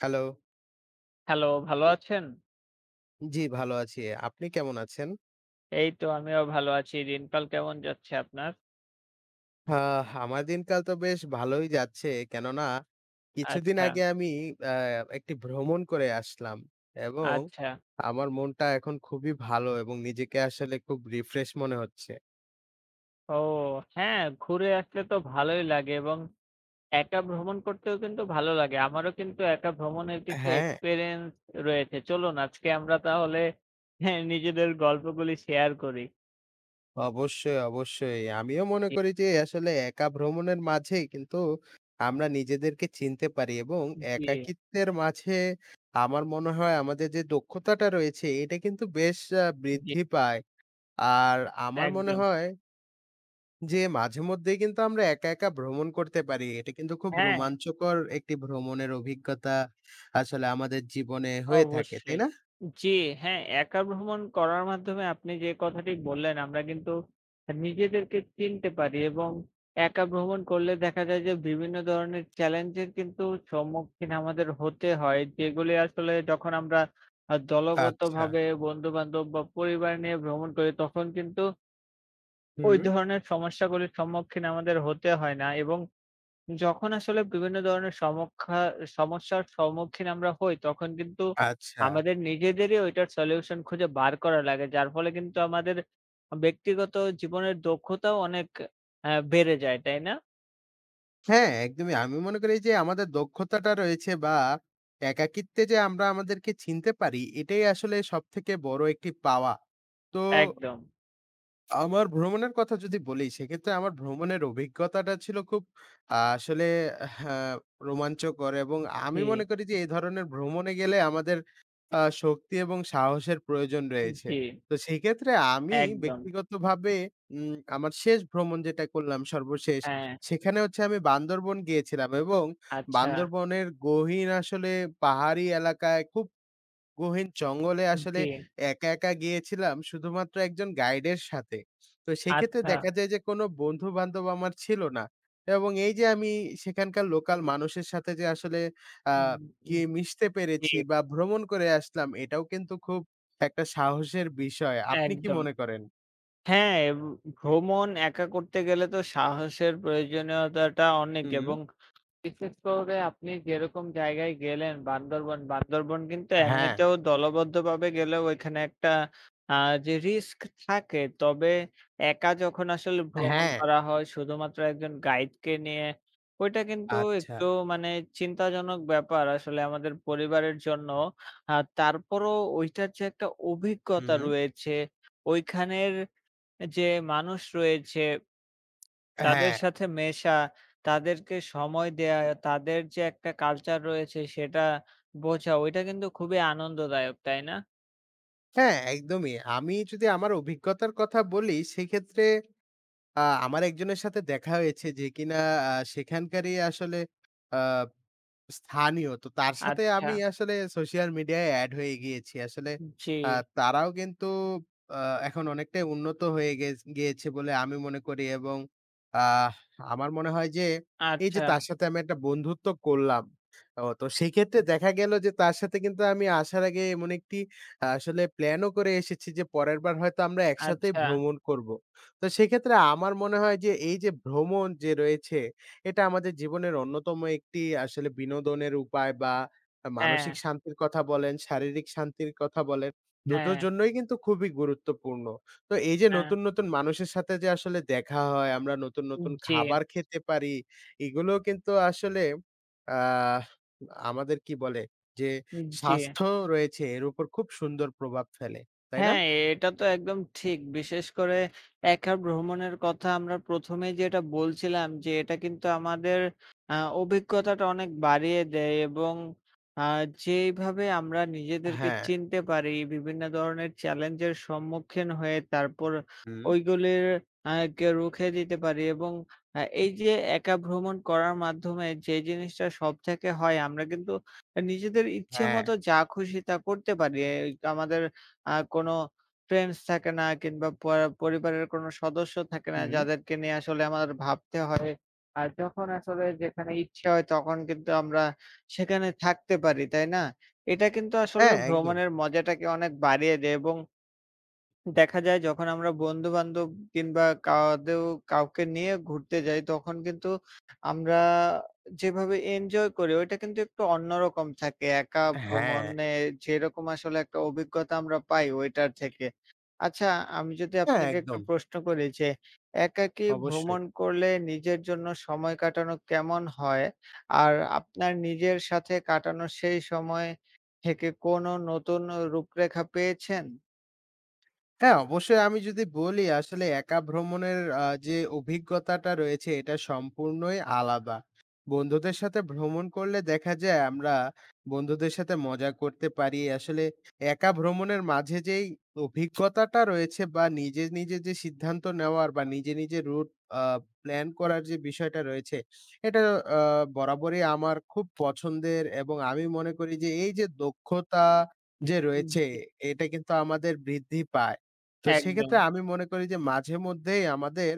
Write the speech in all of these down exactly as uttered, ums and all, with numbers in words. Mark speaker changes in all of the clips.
Speaker 1: Hello.
Speaker 2: Hello, ভালো আছেন?
Speaker 1: জি, ভালো আছি। আপনি কেমন আছেন?
Speaker 2: এই তো আমিও ভালো আছি। দিনকাল কেমন যাচ্ছে আপনার?
Speaker 1: আহ আমার দিনকাল তো বেশ ভালোই যাচ্ছে। কেননা কিছুদিন
Speaker 2: আচ্ছা,
Speaker 1: আগে আমি অ্যা একটি ভ্রমণ করে আসলাম এবং
Speaker 2: আচ্ছা।
Speaker 1: আমার মনটা এখন খুবই ভালো এবং নিজেকে আসলে খুব রিফ্রেশ মনে হচ্ছে।
Speaker 2: ও হ্যাঁ, ঘুরে আসলে তো ভালোই লাগে এবং একা ভ্রমণ করতেও কিন্তু ভালো লাগে। আমারও কিন্তু একা ভ্রমণের কিছু
Speaker 1: হ্যাঁ,
Speaker 2: এক্সপেরিয়েন্স রয়েছে। চলুন আজকে আমরা তাহলে হ্যাঁ, নিজেদের গল্পগুলি শেয়ার করি।
Speaker 1: অবশ্যই, অবশ্যই। আমিও মনে
Speaker 2: জি,
Speaker 1: করি যে আসলে একা ভ্রমণের মাঝেই কিন্তু আমরা নিজেদেরকে চিনতে পারি এবং
Speaker 2: জি,
Speaker 1: একাকিত্বের মাঝে আমার মনে হয় আমাদের যে দক্ষতাটা রয়েছে এটা কিন্তু বেশ আ
Speaker 2: জি,
Speaker 1: বৃদ্ধি পায়। আর আমার মনে
Speaker 2: একদম।
Speaker 1: হয় যে মাঝেমধ্যেই কিন্তু আমরা একা, একা ভ্রমণ করতে পারি। এটা কিন্তু খুব
Speaker 2: হ্যাঁ।
Speaker 1: রোমাঞ্চকর একটি ভ্রমণের অভিজ্ঞতা আসলে আমাদের জীবনে হয়ে থাকে, তাই
Speaker 2: অবশ্যই।
Speaker 1: না?
Speaker 2: জি, হ্যাঁ, একা ভ্রমণ করার মাধ্যমে আপনি যে কথাটি বললেন আমরা কিন্তু নিজেদেরকে চিনতে পারি এবং একা ভ্রমণ করলে দেখা যায় যে বিভিন্ন ধরনের চ্যালেঞ্জের কিন্তু সম্মুখীন আমাদের হতে হয়। যেগুলি আসলে যখন আমরা আ
Speaker 1: আচ্ছা।
Speaker 2: দলগতভাবে বন্ধু-বান্ধব বা পরিবার নিয়ে ভ্রমণ করি তখন কিন্তু ওই
Speaker 1: হুম।
Speaker 2: ধরনের সমস্যাগুলির সম্মুখীন আমাদের হতে হয় না এবং যখন আসলে বিভিন্ন ধরনের সমক্ষা সমস্যার সম্মুখীন আমরা হই, তখন কিন্তু
Speaker 1: আচ্ছা।
Speaker 2: আমাদের নিজেদেরই ওইটার সলিউশন খুঁজে বার করা লাগে। যার ফলে কিন্তু আমাদের ব্যক্তিগত জীবনের দক্ষতাও অনেক অ্যা বেড়ে যায়, তাই না?
Speaker 1: হ্যাঁ, একদমই। আমি মনে করি যে আমাদের দক্ষতাটা রয়েছে বা একাকিত্বে যে আমরা আমাদেরকে চিনতে পারি, এটাই আসলে সবথেকে বড় একটি পাওয়া। তো
Speaker 2: একদম।
Speaker 1: আমার ভ্রমণের কথা যদি বলি, সেক্ষেত্রে আমার ভ্রমণের অভিজ্ঞতাটা ছিল খুব আ আসলে হ্যাঁ, রোমাঞ্চকর এবং
Speaker 2: জি,
Speaker 1: আমি মনে করি যে, এই ধরনের ভ্রমণে গেলে আমাদের আ শক্তি এবং সাহসের প্রয়োজন রয়েছে।
Speaker 2: জি,
Speaker 1: তো সেক্ষেত্রে আমি
Speaker 2: একদম।
Speaker 1: ব্যক্তিগতভাবে উম আমার শেষ ভ্রমণ যেটা করলাম সর্বশেষ,
Speaker 2: হ্যাঁ,
Speaker 1: সেখানে হচ্ছে আমি বান্দরবন গিয়েছিলাম এবং
Speaker 2: আচ্ছা,
Speaker 1: বান্দরবনের গহীন আসলে পাহাড়ি এলাকায় খুব গহীন জঙ্গলে আসলে
Speaker 2: জি,
Speaker 1: একা, একা গিয়েছিলাম শুধুমাত্র একজন গাইডের সাথে। তো সেক্ষেত্রে
Speaker 2: আচ্ছা,
Speaker 1: দেখা যায় যে কোনো বন্ধু-বান্ধব আমার ছিল না। এবং এই যে আমি সেখানকার লোকাল মানুষের সাথে যে আসলে আ
Speaker 2: উম, উম,
Speaker 1: গিয়ে মিশতে
Speaker 2: জি,
Speaker 1: পেরেছি বা ভ্রমণ করে আসলাম এটাও কিন্তু খুব একটা সাহসের বিষয়। আপনি কি
Speaker 2: একদম।
Speaker 1: মনে করেন?
Speaker 2: হ্যাঁ, এব- ভ্রমণ একা করতে গেলে তো সাহসের প্রয়োজনীয়তাটা অনেক
Speaker 1: হুম।
Speaker 2: এবং বিশেষ করে আপনি যেরকম জায়গায় গেলেন বান্দরবন, বান্দরবন কিন্তু
Speaker 1: হ্যাঁ,
Speaker 2: এমনিতেও দলবদ্ধভাবে গেলেও ওইখানে একটা আ যে রিস্ক থাকে, তবে একা যখন আসলে ভ্রমণ
Speaker 1: হ্যাঁ।
Speaker 2: করা হয় শুধুমাত্র একজন গাইডকে নিয়ে, ওইটা কিন্তু
Speaker 1: আচ্ছা।
Speaker 2: একটু মানে চিন্তাজনক ব্যাপার আসলে আমাদের পরিবারের জন্য। আ তারপরও ওইটার যে একটা অভিজ্ঞতা
Speaker 1: হুম।
Speaker 2: রয়েছে, ওইখানের যে মানুষ রয়েছে তাদের
Speaker 1: হ্যাঁ,
Speaker 2: সাথে মেশা, তাদেরকে সময় দেয়া, তাদের যে একটা কালচার রয়েছে সেটা বোঝা, ওইটা কিন্তু খুবই আনন্দদায়ক, তাই না?
Speaker 1: হ্যাঁ একদমই। আমি যদি আমার অভিজ্ঞতার কথা বলি সেক্ষেত্রে আ আমার একজনের সাথে দেখা হয়েছে যে কিনা আ সেখানকারই আসলে আ স্থানীয়। তো তার সাথে
Speaker 2: আচ্ছা,
Speaker 1: আমি আসলে সোশ্যাল মিডিয়ায় এড হয়ে গিয়েছি। আসলে
Speaker 2: জি,
Speaker 1: আ তারাও কিন্তু আ এখন অনেকটাই উন্নত হয়ে গেছ গিয়েছে বলে আমি মনে করি এবং আহ আমার মনে হয় যে এই যে
Speaker 2: আচ্ছা,
Speaker 1: তার সাথে আমি একটা বন্ধুত্ব করলাম। ও তো সেক্ষেত্রে দেখা গেল যে তার সাথে কিন্তু আমি আসার আগে এমন একটি আহ, আসলে প্ল্যানও করে এসেছি যে পরের বার হয়তো আমরা একসাথেই
Speaker 2: আচ্ছা।
Speaker 1: ভ্রমণ করব। তো সেক্ষেত্রে আমার মনে হয় যে এই যে ভ্রমণ যে রয়েছে এটা আমাদের জীবনের অন্যতম একটি আসলে বিনোদনের উপায় বা আ
Speaker 2: হ্যাঁ,
Speaker 1: মানসিক শান্তির কথা বলেন, শারীরিক শান্তির কথা বলেন, দুটোর
Speaker 2: হ্যাঁ,
Speaker 1: জন্যই কিন্তু খুবই গুরুত্বপূর্ণ। তো এই যে
Speaker 2: হ্যাঁ,
Speaker 1: নতুন, নতুন মানুষের সাথে যে আসলে দেখা হয়, আমরা নতুন, নতুন
Speaker 2: জি,
Speaker 1: খাবার খেতে পারি, এগুলোও কিন্তু আসলে আহ আমাদের কি বলে? যে
Speaker 2: জি।
Speaker 1: স্বাস্থ্য রয়েছে এর উপর খুব সুন্দর প্রভাব ফেলে। তাই না?
Speaker 2: হ্যাঁ, এটা তো একদম ঠিক। বিশেষ করে একা ভ্রমণের কথা আমরা প্রথম এই যেটা বলছিলাম যে, এটা কিন্তু আমাদের আ অভিজ্ঞতাটা অনেক বাড়িয়ে দেয় এবং আ যেইভাবে আমরা নিজেদেরকে
Speaker 1: হ্যাঁ।
Speaker 2: চিনতে পারি, বিভিন্ন ধরনের চ্যালেঞ্জের সম্মুখীন হয়ে তারপর
Speaker 1: হুম।
Speaker 2: ওইগুলির আ কে রুখে দিতে পারি এবং আ এই যে একা ভ্রমণ করার মাধ্যমে যে জিনিসটা সবথেকে হয় আমরা কিন্তু আ নিজেদের
Speaker 1: হ্যাঁ।
Speaker 2: ইচ্ছেমতো যা খুশি তা করতে পারি। এই আমাদের আ কোনো ফ্রেন্ডস থাকে না কিংবা পর পরিবারের কোনো সদস্য থাকে না
Speaker 1: হুম।
Speaker 2: যাদেরকে নিয়ে আসলে আমাদের ভাবতে হয়। আর যখন আসলে যেখানে ইচ্ছে হয় তখন কিন্তু আমরা সেখানে থাকতে পারি, তাই না? এটা কিন্তু আসলে
Speaker 1: হ্যাঁ, একদম।
Speaker 2: ভ্রমণের মজাটাকে অনেক বাড়িয়ে দেয় এবং দেখা যায় যখন আমরা বন্ধু-বান্ধব কিংবা কাদেও কাউকে নিয়ে ঘুরতে যাই, তখন কিন্তু আমরা যেভাবে এনজয় করি ওইটা কিন্তু একটু অন্যরকম থাকে। একা
Speaker 1: হ্যাঁ।
Speaker 2: ভ্রমণে যেরকম আসলে একটা অভিজ্ঞতা আমরা পাই ওইটার থেকে। আচ্ছা, আমি যদি
Speaker 1: হ্যাঁ,
Speaker 2: আপনাকে একটু
Speaker 1: একদম।
Speaker 2: প্রশ্ন করি যে, একাকী
Speaker 1: অবশ্যই।
Speaker 2: ভ্রমণ করলে নিজের জন্য সময় কাটানো কেমন হয়? আর আপনার নিজের সাথে কাটানো সেই সময় থেকে কোনো নতুন রূপরেখা পেয়েছেন?
Speaker 1: হ্যাঁ, অবশ্যই আমি যদি বলি আসলে একা ভ্রমণের আ যে অভিজ্ঞতাটা রয়েছে এটা সম্পূর্ণই আলাদা। বন্ধুদের সাথে ভ্রমণ করলে দেখা যায় আমরা বন্ধুদের সাথে মজা করতে পারি। আসলে একা ভ্রমণের মাঝে যেই অভিজ্ঞতাটা রয়েছে বা নিজে, নিজে যে সিদ্ধান্ত নেওয়ার বা নিজে, নিজে রুট আ প্ল্যান করার যে বিষয়টা রয়েছে এটা আ বরাবরই আমার খুব পছন্দের এবং আমি মনে করি যে এই যে দক্ষতা যে রয়েছে এটা কিন্তু আমাদের বৃদ্ধি পায়। তো
Speaker 2: একদম।
Speaker 1: সেক্ষেত্রে আমি মনে করি যে মাঝে মধ্যেই আমাদের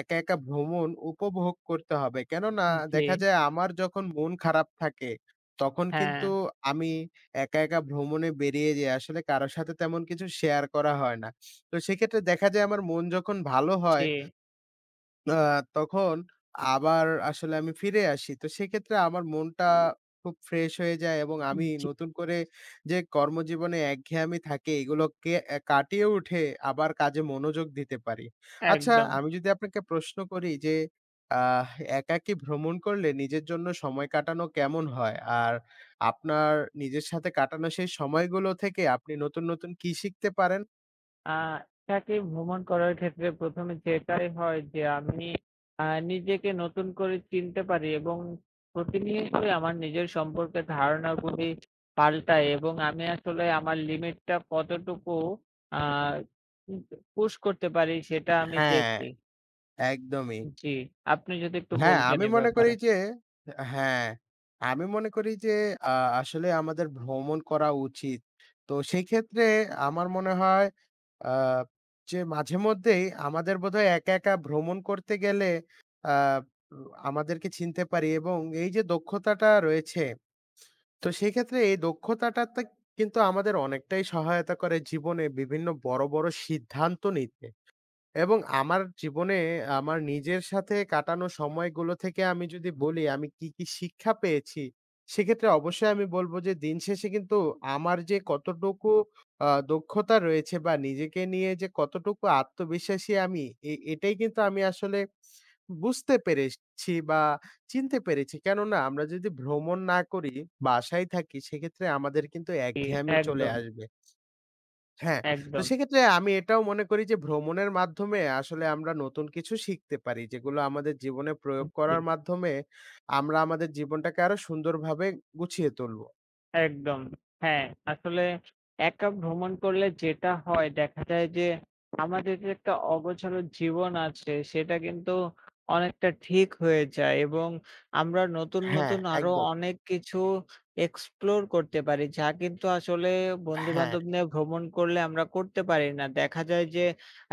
Speaker 1: একা, একা ভ্রমণ উপভোগ করতে হবে। কেননা
Speaker 2: জি,
Speaker 1: দেখা যায় আমার যখন মন খারাপ থাকে, তখন
Speaker 2: হ্যাঁ,
Speaker 1: কিন্তু আমি একা, একা ভ্রমণে বেরিয়ে যাই। আসলে কারো সাথে তেমন কিছু শেয়ার করা হয় না। তো সেক্ষেত্রে দেখা যায় আমার মন যখন ভালো
Speaker 2: জি,
Speaker 1: হয় আ তখন আবার আসলে আমি ফিরে আসি। তো সেক্ষেত্রে আমার মনটা খুব ফ্রেশ হয়ে যায় এবং আমি
Speaker 2: জি,
Speaker 1: নতুন করে যে কর্মজীবনে একঘেয়েমি থাকে এগুলোকে অ্যা কাটিয়ে উঠে আবার কাজে মনোযোগ দিতে পারি। আচ্ছা
Speaker 2: একদম।
Speaker 1: আমি যদি আপনাকে প্রশ্ন করি যে আহ একাকী ভ্রমণ করলে নিজের জন্য সময় কাটানো কেমন হয়? আর আপনার নিজের সাথে কাটানো সেই সময়গুলো থেকে আপনি নতুন, নতুন কি শিখতে পারেন?
Speaker 2: আ একাকী ভ্রমণ করার ক্ষেত্রে প্রথম এ যেটাই হয় যে আমি আ নিজেকে নতুন করে চিনতে পারি এবং প্রতিনিয়তই আমার নিজের সম্পর্কে ধারণাগুলি পাল্টায় এবং আমি আসলে আমার লিমিটটা কতটুকু আ উম পুশ করতে পারি সেটা আমি
Speaker 1: হ্যাঁ,
Speaker 2: দেখি।
Speaker 1: একদমই।
Speaker 2: জি, আপনি যদি একটু
Speaker 1: হ্যাঁ,
Speaker 2: বলতেন
Speaker 1: আমি
Speaker 2: এ
Speaker 1: মনে করি
Speaker 2: ব্যাপারে।
Speaker 1: যে হ্যাঁ, আমি মনে করি যে আ আসলে আমাদের ভ্রমণ করা উচিত। তো সেই ক্ষেত্রে আমার মনে হয় আ যে মাঝেমধ্যেই আমাদের বোধহয় একা, একা ভ্রমণ করতে গেলে আ আমাদেরকে চিনতে পারি এবং এই যে দক্ষতাটা রয়েছে, তো সেই ক্ষেত্রে এই দক্ষতাটা তে কিন্তু আমাদের অনেকটাই সহায়তা করে জীবনে বিভিন্ন বড়, বড় সিদ্ধান্ত নিতে। এবং আমার জীবনে আমার নিজের সাথে কাটানো সময়গুলো থেকে আমি যদি বলি আমি কি, কি শিক্ষা পেয়েছি? সেক্ষেত্রে অবশ্যই আমি বলব যে দিন শেষে কিন্তু আমার যে কতটুকু আ দক্ষতা রয়েছে বা নিজেকে নিয়ে যে কতটুকু আত্মবিশ্বাসী আমি এ এটাই কিন্তু আমি আসলে বুঝতে পেরেছি বা চিনতে পেরেছি। কেননা আমরা যদি ভ্রমণ না করি, বাসায় থাকি সেক্ষেত্রে আমাদের কিন্তু
Speaker 2: জি,
Speaker 1: একঘেয়ামি চলে
Speaker 2: একদম,
Speaker 1: আসবে। হ্যাঁ, তো
Speaker 2: একদম।
Speaker 1: সেক্ষেত্রে আমি এটাও মনে করি যে ভ্রমণের মাধ্যমে আসলে আমরা নতুন কিছু শিখতে পারি। যেগুলো আমাদের জীবনে প্রয়োগ
Speaker 2: জি।
Speaker 1: করার মাধ্যমে আমরা আমাদের জীবনটাকে আরো সুন্দরভাবে গুছিয়ে তুলব।
Speaker 2: একদম। হ্যাঁ, আসলে একা ভ্রমণ করলে যেটা হয় দেখা যায় যে, আমাদের যে একটা অগোছালো জীবন আছে সেটা কিন্তু অনেকটা ঠিক হয়ে যায় এবং আমরা নতুন,
Speaker 1: হ্যাঁ,
Speaker 2: নতুন আরো
Speaker 1: একদম।
Speaker 2: অনেক কিছু এক্সপ্লোর করতে পারি। যা কিন্তু আসলে
Speaker 1: হ্যাঁ,
Speaker 2: বন্ধু-বান্ধব নিয়ে ভ্রমণ করলে আমরা করতে পারি না। দেখা যায় যে,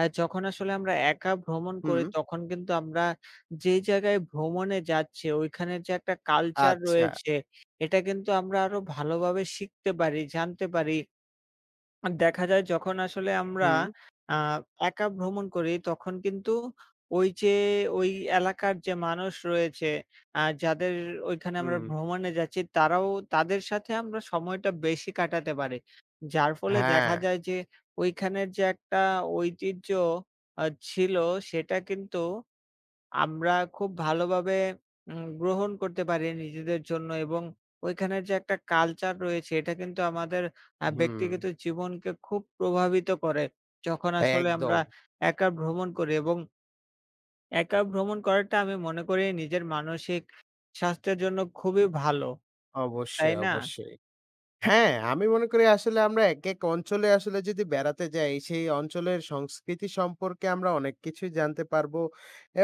Speaker 2: আ যখন আসলে আমরা একা ভ্রমণ
Speaker 1: হুম,
Speaker 2: করি তখন কিন্তু আমরা যেই জায়গায় ভ্রমণে যাচ্ছি ওইখানের যে একটা কালচার
Speaker 1: আচ্ছা।
Speaker 2: রয়েছে এটা কিন্তু আমরা আরো ভালোভাবে শিখতে পারি, জানতে পারি। আ দেখা যায় যখন আসলে আমরা
Speaker 1: হুম,
Speaker 2: আ একা ভ্রমণ করি তখন কিন্তু ওই যে ওই এলাকার যে মানুষ রয়েছে, আ যাদের ওইখানে আমরা
Speaker 1: হুম,
Speaker 2: ভ্রমণে যাচ্ছি তারাও তাদের সাথে আমরা সময়টা বেশি কাটাতে পারি। যার ফলে
Speaker 1: হ্যাঁ,
Speaker 2: দেখা যায় যে ওইখানের যে একটা ঐতিহ্য আ ছিল সেটা কিন্তু আমরা খুব ভালোভাবে উম গ্রহণ করতে পারি নিজেদের জন্য এবং ওইখানের যে একটা কালচার রয়েছে এটা কিন্তু আমাদের আ
Speaker 1: হুম,
Speaker 2: ব্যক্তিগত জীবনকে খুব প্রভাবিত করে। যখন আসলে আমরা
Speaker 1: একদম।
Speaker 2: একা ভ্রমণ করি এবং একা ভ্রমণ করাটা আমি মনে করি নিজের মানসিক স্বাস্থ্যের জন্য খুবই ভালো। তাই
Speaker 1: অবশ্যই,
Speaker 2: না?
Speaker 1: অবশ্যই। হ্যাঁ, আমি মনে করি আসলে আমরা একেক অঞ্চলে আসলে যদি বেড়াতে যাই, সেই অঞ্চলের সংস্কৃতি সম্পর্কে আমরা অনেক কিছুই জানতে পারবো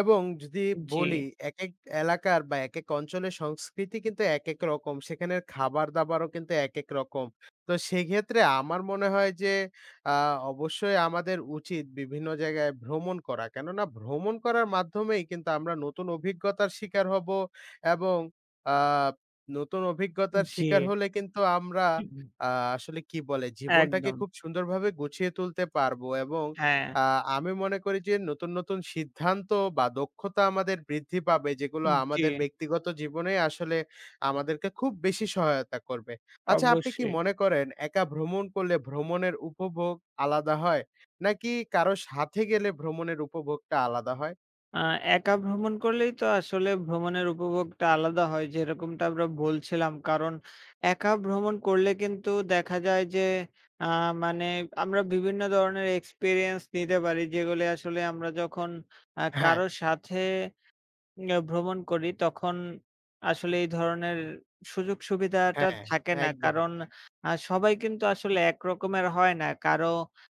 Speaker 1: এবং যদি
Speaker 2: জি,
Speaker 1: বলি একেক এলাকার বা একেক অঞ্চলের সংস্কৃতি কিন্তু একেক রকম। সেখানের খাবার-দাবারও কিন্তু একেক রকম। তো সেক্ষেত্রে আমার মনে হয় যে আ অবশ্যই আমাদের উচিত বিভিন্ন জায়গায় ভ্রমণ করা। কেননা ভ্রমণ করার মাধ্যমেই কিন্তু আমরা নতুন অভিজ্ঞতার শিকার হব এবং আ নতুন অভিজ্ঞতার
Speaker 2: জি।
Speaker 1: শিকার হলে কিন্তু আমরা আ আসলে কি বলে জীবনটাকে
Speaker 2: একদম।
Speaker 1: খুব সুন্দরভাবে গুছিয়ে তুলতে পারবো এবং
Speaker 2: হ্যাঁ,
Speaker 1: আ আমি মনে করি যে নতুন, নতুন সিদ্ধান্ত বা দক্ষতা আমাদের বৃদ্ধি পাবে যেগুলো
Speaker 2: জি,
Speaker 1: আমাদের ব্যক্তিগত জীবনে আসলে আমাদেরকে খুব বেশি সহায়তা করবে। আচ্ছা আপনি কি
Speaker 2: অবশ্যই।
Speaker 1: মনে করেন একা ভ্রমণ করলে ভ্রমণের উপভোগ আলাদা হয়? নাকি কারো সাথে গেলে ভ্রমণের উপভোগটা আলাদা হয়?
Speaker 2: আ একা ভ্রমণ করলেই তো আসলে ভ্রমণের উপভোগটা আলাদা হয় যেরকমটা আমরা বলছিলাম। কারণ একা ভ্রমণ করলে কিন্তু দেখা যায় যে আ মানে আমরা বিভিন্ন ধরনের এক্সপেরিয়েন্স নিতে পারি যেগুলি আসলে আমরা যখন আ
Speaker 1: হ্যাঁ,
Speaker 2: কারো সাথে উম আ ভ্রমণ করি তখন আসলে এই ধরনের সুযোগ সুবিধাটা
Speaker 1: হ্যাঁ,
Speaker 2: থাকে না।
Speaker 1: একদম।
Speaker 2: কারণ আ সবাই কিন্তু আসলে একরকমের হয় না। কারো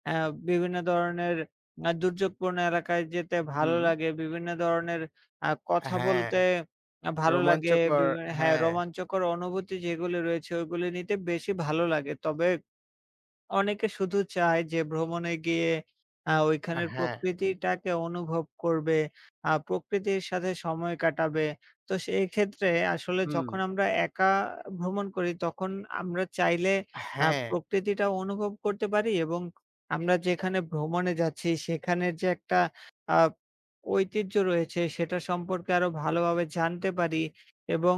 Speaker 2: অ্যা বিভিন্ন ধরনের আ দুর্যোগপূর্ণ এলাকায় যেতে ভালো
Speaker 1: হুম,
Speaker 2: লাগে। বিভিন্ন ধরনের আ কথা
Speaker 1: হ্যাঁ।
Speaker 2: বলতে আ ভালো লাগে।
Speaker 1: রোমাঞ্চকর
Speaker 2: বিভি হ্যাঁ,
Speaker 1: হ্যাঁ,
Speaker 2: রোমাঞ্চকর অনুভূতি যেগুলো রয়েছে ওগুলো নিতে বেশি ভালো লাগে। তবে অনেকে শুধু চায় যে ভ্রমণে গিয়ে আ
Speaker 1: আ
Speaker 2: ওইখানের
Speaker 1: হ্যাঁ,
Speaker 2: প্রকৃতিটাকে অনুভব করবে, আ প্রকৃতির সাথে সময় কাটাবে। তো সেই ক্ষেত্রে আসলে
Speaker 1: হুম,
Speaker 2: যখন আমরা একা ভ্রমণ করি তখন আমরা চাইলে আ
Speaker 1: হ্যাঁ,
Speaker 2: প্রকৃতিটা অনুভব করতে পারি এবং আমরা যেখানে ভ্রমণে যাচ্ছি সেখানের যে একটা আ ঐতিহ্য রয়েছে সেটা সম্পর্কে আরো ভালোভাবে জানতে পারি এবং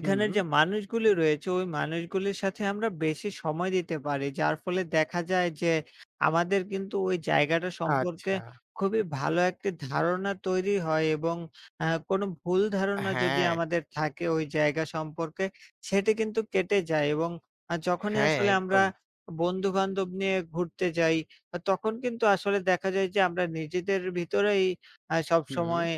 Speaker 1: হুম,
Speaker 2: যে মানুষগুলি রয়েছে, ওই মানুষগুলির সাথে আমরা বেশি সময় দিতে পারি। যার ফলে দেখা যায় যে আমাদের কিন্তু ওই জায়গাটা সম্পর্কে
Speaker 1: আচ্ছা,
Speaker 2: খুবই ভালো একটি ধারণা তৈরি হয় এবং আ কোনো ভুল ধারণা যদি
Speaker 1: হ্যাঁ,
Speaker 2: আমাদের থাকে ওই জায়গা সম্পর্কে, সেটি কিন্তু কেটে যায় এবং আ যখনই
Speaker 1: হ্যাঁ,
Speaker 2: আসলে আমরা
Speaker 1: একদম,
Speaker 2: বন্ধু-বান্ধব নিয়ে ঘুরতে যাই, আ তখন কিন্তু আসলে দেখা যায় যে আমরা নিজেদের ভিতরেই আ
Speaker 1: হুম,
Speaker 2: সবসময়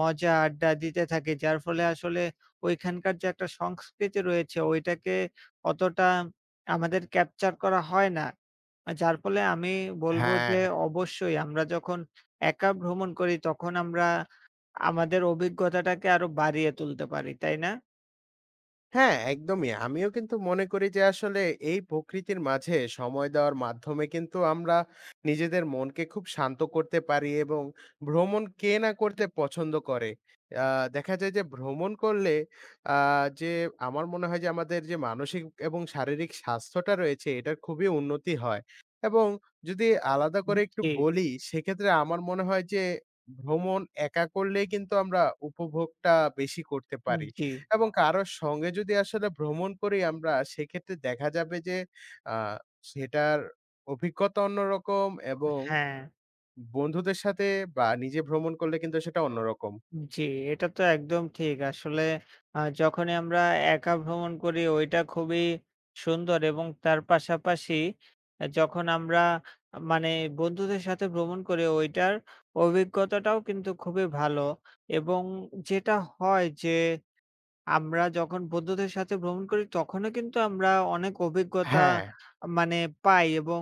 Speaker 2: মজা আড্ডা দিতে থাকি। যার ফলে আসলে ওইখানকার যে একটা সংস্কৃতি রয়েছে ওইটাকে অতটা আমাদের ক্যাপচার করা হয় না। আ যার ফলে আমি বলব
Speaker 1: হ্যাঁ।
Speaker 2: যে অবশ্যই আমরা যখন একা ভ্রমণ করি তখন আমরা আমাদের অভিজ্ঞতাটাকে আরো বাড়িয়ে তুলতে পারি, তাই না?
Speaker 1: হ্যাঁ, একদমই। আমিও কিন্তু মনে করি যে আসলে এই প্রকৃতির মাঝে সময় দেওয়ার মাধ্যমে কিন্তু আমরা নিজেদের মনকে খুব শান্ত করতে পারি এবং ভ্রমণ কে না করতে পছন্দ করে। আ দেখা যায় যে ভ্রমণ করলে আ যে আমার মনে হয় যে আমাদের যে মানসিক এবং শারীরিক স্বাস্থ্যটা রয়েছে এটার খুবই উন্নতি হয়। এবং যদি আলাদা করে একটু
Speaker 2: জি,
Speaker 1: বলি সেক্ষেত্রে আমার মনে হয় যে ভ্রমণ একা করলেই কিন্তু আমরা উপভোগটা বেশি করতে পারি।
Speaker 2: জি।
Speaker 1: এবং কারো সঙ্গে যদি আসলে ভ্রমণ করি আমরা সেক্ষেত্রে দেখা যাবে যে আ সেটার অভিজ্ঞতা অন্যরকম এবং
Speaker 2: হ্যাঁ।
Speaker 1: বন্ধুদের সাথে বা নিজে ভ্রমণ করলে কিন্তু সেটা অন্যরকম।
Speaker 2: জি, এটা তো একদম ঠিক। আসলে আ যখনই আমরা একা ভ্রমণ করি ওইটা খুবই সুন্দর এবং তার পাশাপাশি আ যখন আমরা আহ, মানে বন্ধুদের সাথে ভ্রমণ করি ওইটার অভিজ্ঞতাটাও কিন্তু খুবই ভালো এবং যেটা হয় যে আমরা যখন বন্ধুদের সাথে ভ্রমণ করি তখনও কিন্তু আমরা অনেক অভিজ্ঞতা
Speaker 1: হ্যাঁ,
Speaker 2: মানে পাই এবং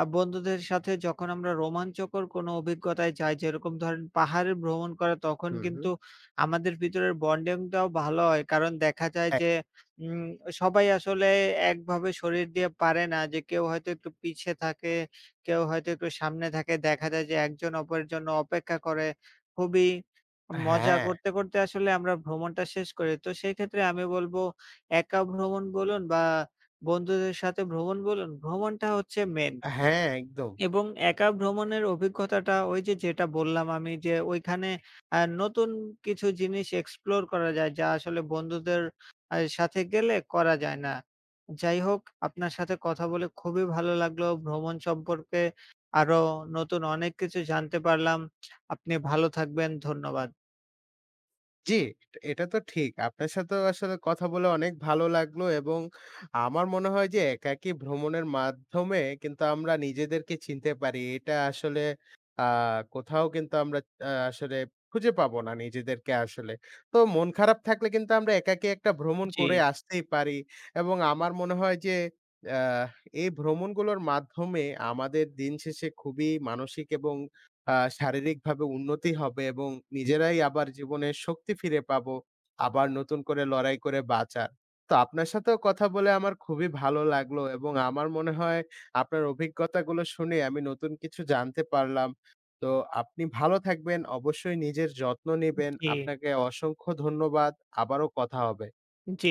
Speaker 2: আ বন্ধুদের সাথে যখন আমরা রোমাঞ্চকর কোনো অভিজ্ঞতায় যাই যেরকম ধরেন পাহাড়ে ভ্রমণ করা তখন
Speaker 1: হুম, হুম।
Speaker 2: কিন্তু আমাদের ভিতরের বন্ডিংটাও ভালো হয়। কারণ দেখা যায়
Speaker 1: এক
Speaker 2: যে উম সবাই আসলে একভাবে শরীর দিয়ে পারে না যে কেউ হয়তো একটু পিছে থাকে, কেউ হয়তো একটু সামনে থাকে। দেখা যায় যে একজন অপরের জন্য অপেক্ষা করে। খুবই মজা
Speaker 1: হ্যাঁ,
Speaker 2: করতে, করতে আসলে আমরা ভ্রমণটা শেষ করি। তো সেই ক্ষেত্রে আমি বলব একা ভ্রমণ বলুন বা বন্ধুদের সাথে ভ্রমণ বলুন, ভ্রমণটা হচ্ছে মেইন
Speaker 1: হ্যাঁ, একদম।
Speaker 2: এবং একা ভ্রমণের অভিজ্ঞতাটা ওই যে যেটা বললাম আমি যে ওইখানে আ নতুন কিছু জিনিস এক্সপ্লোর করা যায় যা আসলে বন্ধুদের আ সাথে গেলে করা যায় না। যাই হোক আপনার সাথে কথা বলে খুবই ভালো লাগলো। ভ্রমণ সম্পর্কে আরো নতুন অনেক কিছু জানতে পারলাম। আপনি ভালো থাকবেন। ধন্যবাদ।
Speaker 1: জি, এটা তো ঠিক। আপনার সাথেও আসলে কথা বলে অনেক ভালো লাগলো এবং আমার মনে হয় যে একাকী ভ্রমণের মাধ্যমে কিন্তু আমরা নিজেদেরকে চিনতে পারি। এটা আসলে আ কোথাও কিন্তু আমরা আ আসলে খুঁজে পাবো না নিজেদেরকে আসলে। তো মন খারাপ থাকলে কিন্তু আমরা একাকী একটা ভ্রমণ
Speaker 2: জি।
Speaker 1: করে আসতেই পারি এবং আমার মনে হয় যে আ এই ভ্রমণগুলোর মাধ্যমে আমাদের দিন শেষে খুবই মানসিক এবং আ শারীরিকভাবে উন্নতি হবে এবং নিজেরাই আবার জীবনে শক্তি ফিরে পাবো, আবার নতুন করে লড়াই করে বাঁচার। তো আপনার সাথেও কথা বলে আমার খুবই ভালো লাগলো এবং আমার মনে হয় আপনার অভিজ্ঞতাগুলো শুনে আমি নতুন কিছু জানতে পারলাম। তো আপনি ভালো থাকবেন, অবশ্যই নিজের যত্ন নিবেন।
Speaker 2: জি,
Speaker 1: আপনাকে অসংখ্য ধন্যবাদ। আবারও কথা হবে।
Speaker 2: জি।